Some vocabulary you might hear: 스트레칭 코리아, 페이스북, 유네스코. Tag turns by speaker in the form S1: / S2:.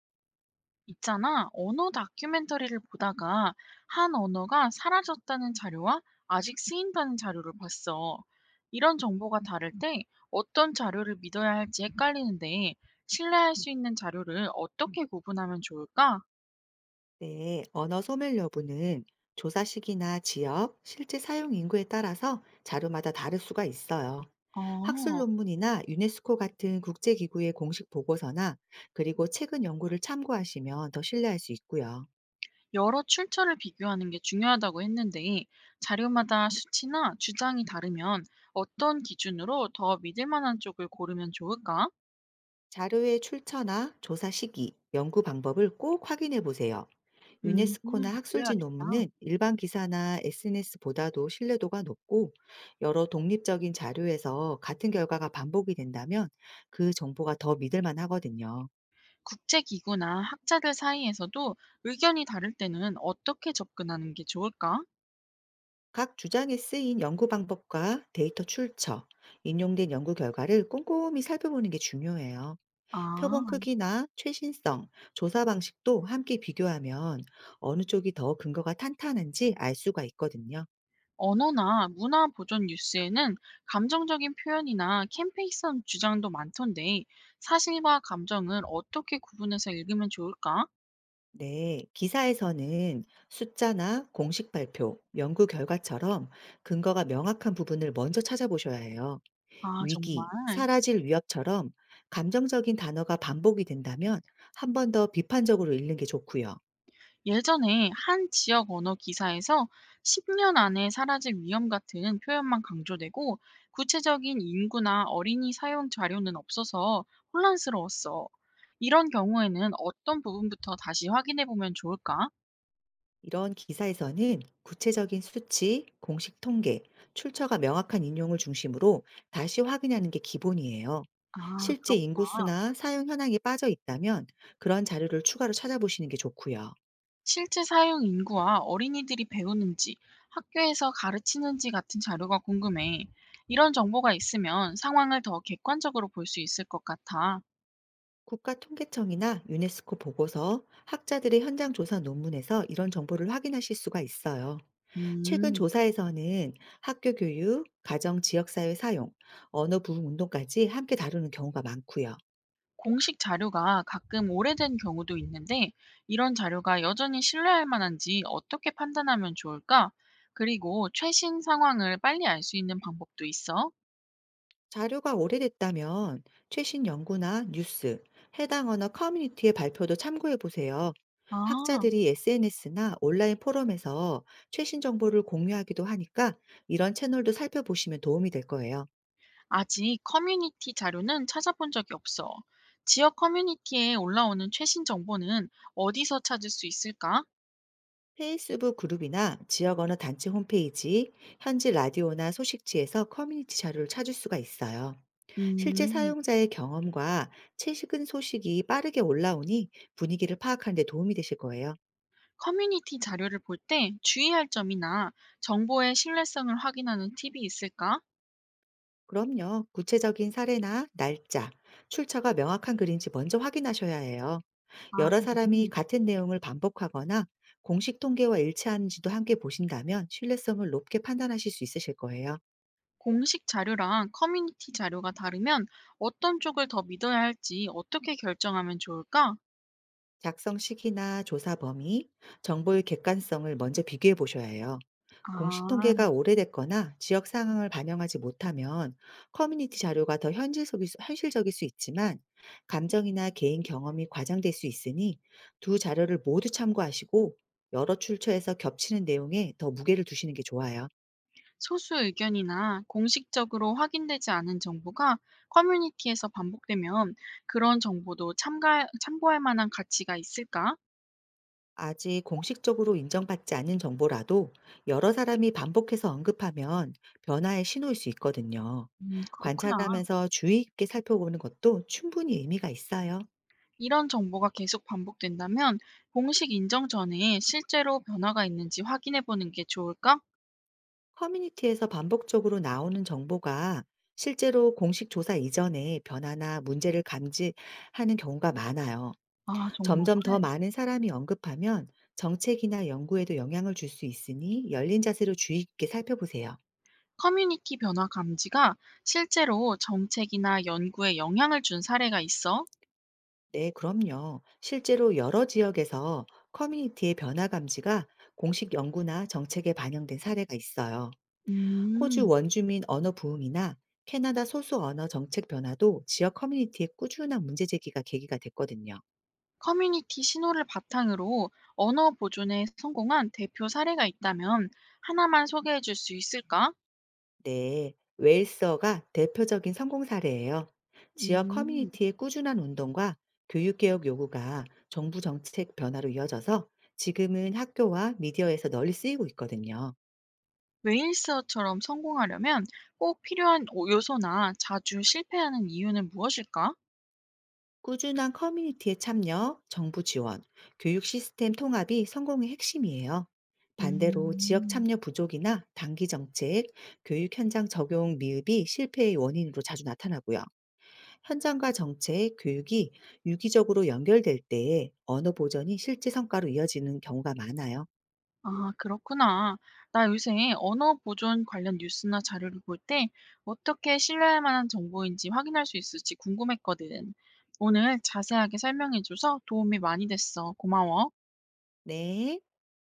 S1: 있잖아, 언어 다큐멘터리를 보다가 한 언어가 사라졌다는 자료와 아직 쓰인다는 자료를 봤어. 이런 정보가 다를 때 어떤 자료를 믿어야 할지 헷갈리는데 신뢰할 수 있는 자료를 어떻게 구분하면 좋을까?
S2: 네, 언어 소멸 여부는 조사 시기나 지역, 실제 사용 인구에 따라서 자료마다 다를 수가 있어요. 학술
S1: 어,
S2: 논문이나 유네스코 같은 국제기구의 공식 보고서나 그리고 최근 연구를 참고하시면 더 신뢰할 수 있고요.
S1: 여러 출처를 비교하는 게 중요하다고 했는데 자료마다 수치나 주장이 다르면 어떤 기준으로 더 믿을 만한 쪽을 고르면 좋을까?
S2: 자료의 출처나 조사 시기, 연구 방법을 꼭 확인해 보세요.
S1: 음,
S2: 유네스코나 학술지
S1: 그래야겠다.
S2: 논문은 일반 기사나 SNS보다도 신뢰도가 높고 여러 독립적인 자료에서 같은 결과가 반복이 된다면 그 정보가 더 믿을 만하거든요.
S1: 국제기구나 학자들 사이에서도 의견이 다를 때는 어떻게 접근하는 게 좋을까?
S2: 각 주장에 쓰인 연구 방법과 데이터 출처, 인용된 연구 결과를 꼼꼼히 살펴보는 게 중요해요. 표본
S1: 아,
S2: 크기나 최신성, 조사 방식도 함께 비교하면 어느 쪽이 더 근거가 탄탄한지 알 수가 있거든요.
S1: 언어나 문화 보존 뉴스에는 감정적인 표현이나 캠페인성 주장도 많던데 사실과 감정을 어떻게 구분해서 읽으면 좋을까?
S2: 네, 기사에서는 숫자나 공식 발표, 연구 결과처럼 근거가 명확한 부분을 먼저 찾아보셔야 해요.
S1: 아, 정말.
S2: 위기, 사라질 위협처럼 감정적인 단어가 반복이 된다면 한 번 더 비판적으로 읽는 게 좋고요.
S1: 예전에 한 지역 언어 기사에서 10년 안에 사라질 위험 같은 표현만 강조되고 구체적인 인구나 어린이 사용 자료는 없어서 혼란스러웠어. 이런 경우에는 어떤 부분부터 다시 확인해 보면 좋을까?
S2: 이런 기사에서는 구체적인 수치, 공식 통계, 출처가 명확한 인용을 중심으로 다시 확인하는 게 기본이에요.
S1: 아,
S2: 실제
S1: 그렇구나.
S2: 인구수나 사용 현황이 빠져 있다면 그런 자료를 추가로 찾아보시는 게 좋고요.
S1: 실제 사용 인구와 어린이들이 배우는지, 학교에서 가르치는지 같은 자료가 궁금해. 이런 정보가 있으면 상황을 더 객관적으로 볼 수 있을 것 같아.
S2: 국가통계청이나 유네스코 보고서, 학자들의 현장 조사 논문에서 이런 정보를 확인하실 수가 있어요. 최근
S1: 음.
S2: 조사에서는 학교 교육, 가정 지역사회 사용, 언어 부흥 운동까지 함께 다루는 경우가 많고요.
S1: 공식 자료가 가끔 오래된 경우도 있는데 이런 자료가 여전히 신뢰할 만한지 어떻게 판단하면 좋을까? 그리고 최신 상황을 빨리 알 수 있는 방법도 있어?
S2: 자료가 오래됐다면 최신 연구나 뉴스, 해당 언어 커뮤니티의 발표도 참고해 보세요.
S1: 아,
S2: 학자들이 SNS나 온라인 포럼에서 최신 정보를 공유하기도 하니까 이런 채널도 살펴보시면 도움이 될 거예요.
S1: 아직 커뮤니티 자료는 찾아본 적이 없어. 지역 커뮤니티에 올라오는 최신 정보는 어디서 찾을 수 있을까?
S2: 페이스북 그룹이나 지역 언어 단체 홈페이지, 현지 라디오나 소식지에서 커뮤니티 자료를 찾을 수가 있어요. 실제
S1: 음,
S2: 사용자의 경험과 최근 소식이 빠르게 올라오니 분위기를 파악하는 데 도움이 되실 거예요.
S1: 커뮤니티 자료를 볼 때 주의할 점이나 정보의 신뢰성을 확인하는 팁이 있을까?
S2: 그럼요. 구체적인 사례나 날짜, 출처가 명확한 글인지 먼저 확인하셔야 해요.
S1: 아,
S2: 여러
S1: 그래.
S2: 사람이 같은 내용을 반복하거나 공식 통계와 일치하는지도 함께 보신다면 신뢰성을 높게 판단하실 수 있으실 거예요.
S1: 공식 자료랑 커뮤니티 자료가 다르면 어떤 쪽을 더 믿어야 할지 어떻게 결정하면 좋을까?
S2: 작성 시기나 조사 범위, 정보의 객관성을 먼저 비교해 보셔야 해요. 공식
S1: 아,
S2: 통계가 오래됐거나 지역 상황을 반영하지 못하면 커뮤니티 자료가 더 현실적일 수, 현실적일 수 있지만 감정이나 개인 경험이 과장될 수 있으니 두 자료를 모두 참고하시고 여러 출처에서 겹치는 내용에 더 무게를 두시는 게 좋아요.
S1: 소수 의견이나 공식적으로 확인되지 않은 정보가 커뮤니티에서 반복되면 그런 정보도 참고할 만한 가치가 있을까?
S2: 아직 공식적으로 인정받지 않은 정보라도 여러 사람이 반복해서 언급하면 변화의 신호일 수 있거든요.
S1: 그렇구나.
S2: 관찰하면서 주의 깊게 살펴보는 것도 충분히 의미가 있어요.
S1: 이런 정보가 계속 반복된다면 공식 인정 전에 실제로 변화가 있는지 확인해 보는 게 좋을까?
S2: 커뮤니티에서 반복적으로 나오는 정보가 실제로 공식 조사 이전에 변화나 문제를 감지하는 경우가 많아요.
S1: 아, 정말.
S2: 점점 더 많은 사람이 언급하면 정책이나 연구에도 영향을 줄 수 있으니 열린 자세로 주의 깊게 살펴보세요.
S1: 커뮤니티 변화 감지가 실제로 정책이나 연구에 영향을 준 사례가 있어?
S2: 네, 그럼요. 실제로 여러 지역에서 커뮤니티의 변화 감지가 공식 연구나 정책에 반영된 사례가 있어요. 호주
S1: 음,
S2: 원주민 언어 부흥이나 캐나다 소수 언어 정책 변화도 지역 커뮤니티의 꾸준한 문제 제기가 계기가 됐거든요.
S1: 커뮤니티 신호를 바탕으로 언어 보존에 성공한 대표 사례가 있다면 하나만 소개해 줄 수 있을까?
S2: 네, 웨일스어가 대표적인 성공 사례예요. 지역
S1: 음.
S2: 커뮤니티의 꾸준한 운동과 교육개혁 요구가 정부 정책 변화로 이어져서 지금은 학교와 미디어에서 널리 쓰이고 있거든요.
S1: 웨일스어처럼 성공하려면 꼭 필요한 요소나 자주 실패하는 이유는 무엇일까?
S2: 꾸준한 커뮤니티의 참여, 정부 지원, 교육 시스템 통합이 성공의 핵심이에요. 반대로 지역
S1: 음.
S2: 참여 부족이나 단기 정책, 교육 현장 적용 미흡이 실패의 원인으로 자주 나타나고요. 현장과 정책, 교육이 유기적으로 연결될 때 언어 보전이 실제 성과로 이어지는 경우가 많아요.
S1: 아, 그렇구나. 나 요새 언어 보존 관련 뉴스나 자료를 볼 때 어떻게 신뢰할 만한 정보인지 확인할 수 있을지 궁금했거든. 오늘 자세하게 설명해줘서 도움이 많이 됐어. 고마워.
S2: 네.